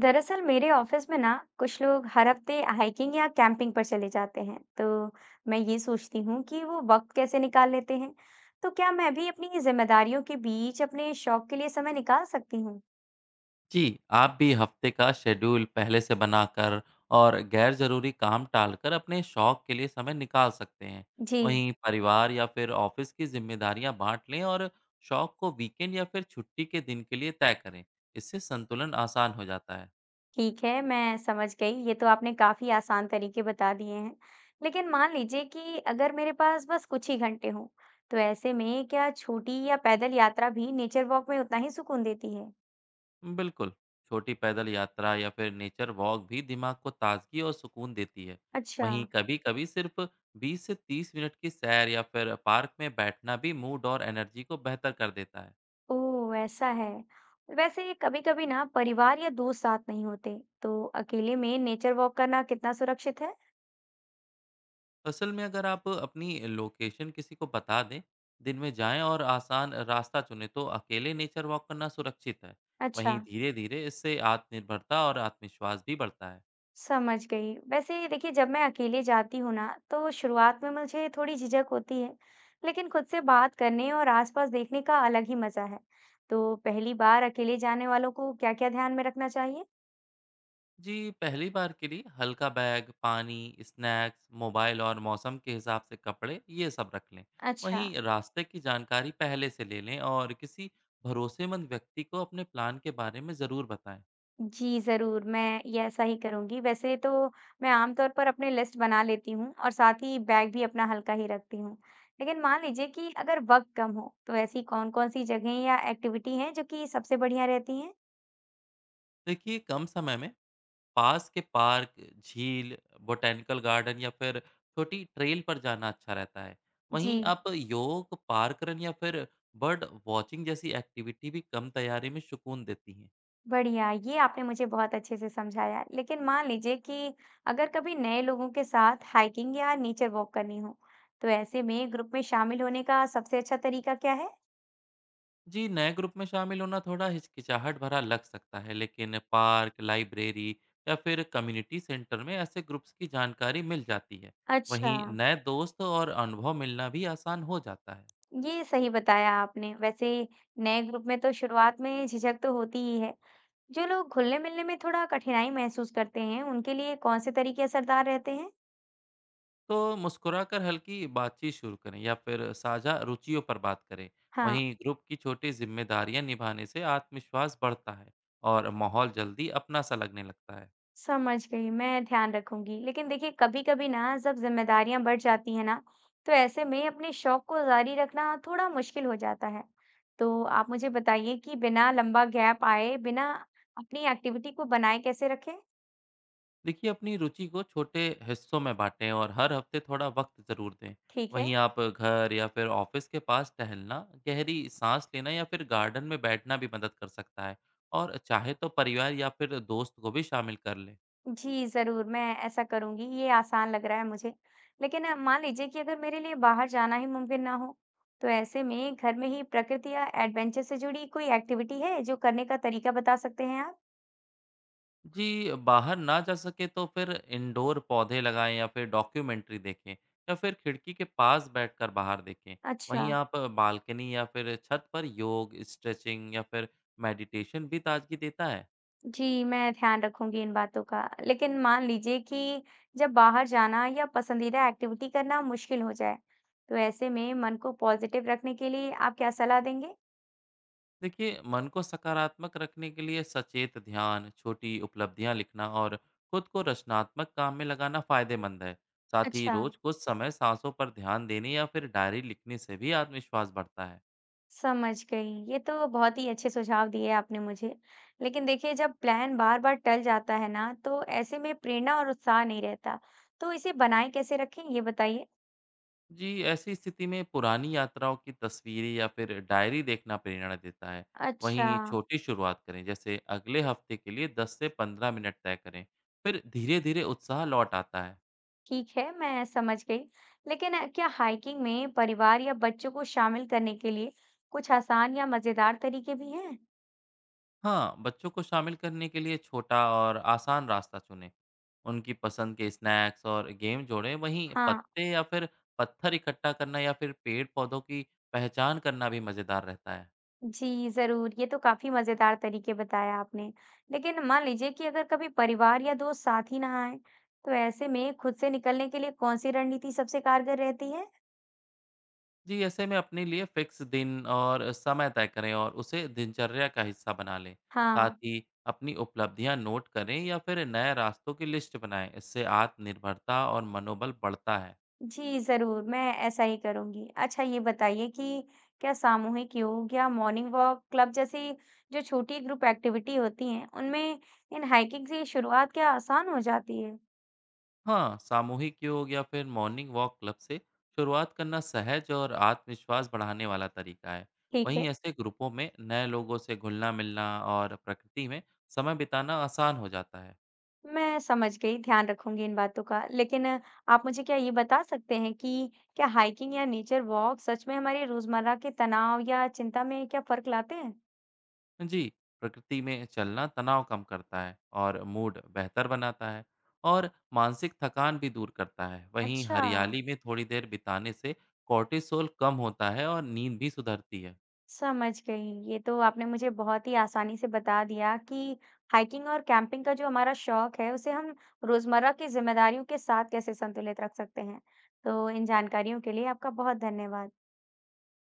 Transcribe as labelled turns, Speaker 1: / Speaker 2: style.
Speaker 1: दरअसल मेरे ऑफिस में ना कुछ लोग हर हफ्ते हाइकिंग या कैंपिंग पर चले जाते हैं। तो मैं ये सोचती हूँ कि वो वक्त कैसे निकाल लेते हैं। तो क्या मैं भी अपनी जिम्मेदारियों के बीच अपने शौक के लिए समय निकाल सकती हूँ?
Speaker 2: जी, आप भी हफ्ते का शेड्यूल पहले से बनाकर और गैर ज़रूरी काम टालकर अपने शौक के लिए समय निकाल सकते हैं।
Speaker 1: जी,
Speaker 2: वहीं परिवार या फिर ऑफिस की जिम्मेदारियां बांट लें और शौक को वीकेंड या फिर छुट्टी के दिन के लिए तय करें। इससे संतुलन आसान हो जाता है।
Speaker 1: ठीक है, मैं समझ गई, ये तो आपने काफी आसान तरीके बता दिए हैं। लेकिन मान लीजिए कि अगर मेरे पास बस कुछ ही घंटे हों, तो ऐसे में क्या छोटी या पैदल यात्रा भी नेचर वॉक में उतना ही सुकून देती है?
Speaker 2: बिल्कुल, छोटी पैदल यात्रा या फिर नेचर वॉक भी दिमाग को ताजगी और सुकून देती है।
Speaker 1: अच्छा।
Speaker 2: वहीं कभी-कभी सिर्फ 20 से 30 मिनट की सैर या फिर पार्क में बैठना भी मूड और एनर्जी को बेहतर कर देता है।
Speaker 1: ओह, ऐसा है। वैसे कभी-कभी ना परिवार या दोस्त साथ नहीं होते, तो अकेले में नेचर वॉक करना कितना सुरक्षित है?
Speaker 2: असल में अगर आप अपनी लोकेशन किसी को बता दें, दिन में जाएं और आसान रास्ता चुनें, तो अकेले नेचर वॉक करना सुरक्षित है।
Speaker 1: अच्छा,
Speaker 2: वहीं धीरे-धीरे इससे आत्मनिर्भरता और आत्मविश्वास भी बढ़ता है।
Speaker 1: समझ गई। वैसे देखिए, जब मैं अकेले जाती हूँ ना, तो शुरुआत में मुझे थोड़ी झिझक होती है, लेकिन खुद से बात करने और आसपास देखने का अलग ही मजा है। तो पहली बार अकेले जाने वालों को क्या-क्या ध्यान में रखना चाहिए?
Speaker 2: जी, पहली बार के लिए हल्का बैग, पानी, स्नैक्स, मोबाइल और मौसम के हिसाब से कपड़े, ये सब रख लें।
Speaker 1: अच्छा।
Speaker 2: वहीं रास्ते की जानकारी पहले से ले लें और किसी भरोसेमंद व्यक्ति को अपने प्लान के बारे में ज़रूर बताएं।
Speaker 1: जी, ज़रूर, मैं ये ऐसा ही करूँगी। वैसे तो मैं आमतौर पर अपनी लिस्ट बना लेती हूँ और साथ ही बैग भी अपना हल्का ही रखती हूँ। लेकिन मान लीजिए कि अगर वक़्त कम हो, तो ऐसी कौन-कौन सी जगहें या एक्टिविटी हैं, जो कि सबसे बढ़िया रहती हैं?
Speaker 2: देखिए, कम समय में पास के पार्क, झील, बॉटेनिकल गार्डन या फिर छोटी ट्रेल पर जाना अच्छा रहता है। वहीं
Speaker 1: जी,
Speaker 2: आप योग, पार्क रन या फिर बर्ड वॉचिंग जैसी एक्टिविटी भी कम तैयारी में सुकून देती हैं।
Speaker 1: बढ़िया, ये आपने मुझे बहुत अच्छे से समझाया। लेकिन मान लीजिए कि अगर कभी नए लोगों के साथ हाइकिंग या नेचर वॉक करनी हो, तो ऐसे में ग्रुप में शामिल होने का सबसे अच्छा तरीका क्या है?
Speaker 2: जी, नए ग्रुप में शामिल होना थोड़ा हिचकिचाहट भरा लग सकता है, लेकिन पार्क, लाइब्रेरी या फिर कम्युनिटी सेंटर में ऐसे ग्रुप्स की जानकारी मिल जाती है।
Speaker 1: अच्छा।
Speaker 2: वहीं नए दोस्त और अनुभव मिलना भी आसान हो जाता है।
Speaker 1: ये सही बताया आपने। वैसे नए ग्रुप में तो शुरुआत में झिझक तो होती ही है। जो लोग घुलने-मिलने में थोड़ा कठिनाई महसूस करते हैं, उनके लिए कौन से तरीके असरदार रहते हैं?
Speaker 2: तो मुस्कुराकर हल्की बातचीत शुरू करें या फिर साझा रुचियों पर बात करें।
Speaker 1: हाँ,
Speaker 2: वहीं ग्रुप की छोटी जिम्मेदारियां निभाने से आत्मविश्वास बढ़ता है और माहौल जल्दी अपना सा लगने लगता है।
Speaker 1: समझ गई, मैं ध्यान रखूंगी। लेकिन देखिए, कभी-कभी ना जब जिम्मेदारियां बढ़ जाती हैं ना, तो ऐसे में अपने शौक को जारी रखना थोड़ा मुश्किल हो जाता है। तो आप मुझे बताइए कि बिना लंबा गैप आए, बिना अपनी एक्टिविटी को बनाए कैसे रखें?
Speaker 2: देखिए, अपनी रुचि को छोटे हिस्सों में बांटें और हर हफ्ते थोड़ा वक्त ज़रूर दें।
Speaker 1: ठीक है।
Speaker 2: वहीं आप घर या फिर ऑफिस के पास टहलना, गहरी सांस लेना या फिर गार्डन में बैठना भी मदद कर सकता है। और चाहे तो परिवार या फिर दोस्त को भी शामिल कर लें।
Speaker 1: जी, ज़रूर, मैं ऐसा करूँगी, ये आसान लग रहा है मुझे। लेकिन मान लीजिए कि अगर मेरे लिए बाहर जाना ही मुमकिन ना हो, तो ऐसे में घर में ही प्रकृति या एडवेंचर से जुड़ी कोई एक्टिविटी है, जो करने का तरीका बता सकते हैं आप?
Speaker 2: जी, बाहर ना जा सके तो फिर इंडोर पौधे लगाएं या फिर डॉक्यूमेंट्री देखें या फिर खिड़की के पास बैठकर बाहर देखें।
Speaker 1: अच्छा,
Speaker 2: वहीं आप बालकनी या फिर छत पर योग, स्ट्रेचिंग या फिर मेडिटेशन भी ताजगी देता है।
Speaker 1: जी, मैं ध्यान रखूँगी इन बातों का। लेकिन मान लीजिए कि जब बाहर जाना या पसंदीदा एक्टिविटी करना मुश्किल हो जाए, तो ऐसे में मन को पॉज़िटिव रखने के लिए आप क्या सलाह देंगे?
Speaker 2: देखिए, मन को सकारात्मक रखने के लिए सचेत ध्यान, छोटी उपलब्धियां लिखना और खुद को रचनात्मक काम में लगाना फायदेमंद है। साथ ही
Speaker 1: अच्छा।
Speaker 2: रोज कुछ समय सांसों पर ध्यान देने या फिर डायरी लिखने से भी आत्मविश्वास बढ़ता है।
Speaker 1: समझ गई। ये तो बहुत ही अच्छे सुझाव दिए आपने मुझे। लेकिन देखिए, जब प्लान बार-बार टल जाता है ना, तो ऐसे में प्रेरणा और उत्साह नहीं रहता। तो इसे बनाए कैसे रखें, ये बताइए?
Speaker 2: जी, ऐसी स्थिति में पुरानी यात्राओं की तस्वीरें या फिर डायरी देखना प्रेरणा देता है।
Speaker 1: अच्छा,
Speaker 2: वहीं छोटी शुरुआत करें, जैसे अगले हफ्ते के लिए 10 से 15 मिनट तय करें। फिर धीरे-धीरे उत्साह लौट आता है।
Speaker 1: ठीक है, मैं समझ गई। लेकिन क्या हाइकिंग में परिवार या बच्चों को शामिल करने के लिए कुछ आसान या मज़ेदार तरीके भी हैं?
Speaker 2: हाँ, बच्चों को शामिल करने के लिए छोटा और आसान रास्ता चुनें। उनकी पसंद के स्नैक्स और गेम जोड़ें। वहीं
Speaker 1: हाँ।
Speaker 2: पत्ते या फिर पत्थर इकट्ठा करना या फिर पेड़-पौधों की पहचान करना भी मज़ेदार रहता है।
Speaker 1: जी, ज़रूर। ये तो काफ़ी मज़ेदार तरीके बताए आपने। लेकिन मान लीजिए कि अगर कभी परिवार या दोस्त साथ ही ना आएँ, तो ऐसे में खुद से निकलने के लिए कौन-सी रणनीति सबसे कारगर रहती है?
Speaker 2: जी, ऐसे में अपने लिए फिक्स दिन और समय तय करें और उसे दिनचर्या का हिस्सा बना लें। साथ
Speaker 1: हाँ,
Speaker 2: ही अपनी उपलब्धियां नोट करें या फिर नए रास्तों की लिस्ट बनाएं। इससे आत्मनिर्भरता और मनोबल बढ़ता है।
Speaker 1: जी, ज़रूर, मैं ऐसा ही करूँगी। अच्छा, ये बताइए कि क्या सामूहिक योग या मॉर्निंग वॉक क्लब जैसी जो छोटी ग्रुप एक्टिविटी होती हैं, उनमें इन हाइकिंग से शुरुआत क्या आसान हो जाती है?
Speaker 2: हाँ, सामूहिक योग या फिर मॉर्निंग वॉक क्लब से शुरुआत करना सहज और आत्मविश्वास बढ़ाने वाला तरीका है।
Speaker 1: ठीक
Speaker 2: वहीं
Speaker 1: है।
Speaker 2: ऐसे ग्रुपों में नए लोगों से घुलना मिलना और प्रकृति में समय बिताना आसान हो जाता है।
Speaker 1: मैं समझ गई, ध्यान रखूंगी इन बातों का। लेकिन आप मुझे क्या ये बता सकते हैं कि क्या हाइकिंग या नेचर वॉक सच में हमारे रोजमर्रा के तनाव या चिंता में क्या फर्क लाते हैं?
Speaker 2: जी, प्रकृति में चलना तनाव कम करता है और मूड बेहतर बनाता है और मानसिक थकान भी दूर करता है। वहीं
Speaker 1: अच्छा,
Speaker 2: हरियाली में थोड़ी देर बिताने से कोर्टिसोल कम होता है और नींद भी सुधरती है।
Speaker 1: समझ गई। ये तो आपने मुझे बहुत ही आसानी से बता दिया कि हाइकिंग और कैंपिंग का जो हमारा शौक है, उसे हम रोजमर्रा की जिम्मेदारियों के साथ कैसे संतुलित रख सकते हैं। तो इन जानकारियों के लिए आपका बहुत धन्यवाद।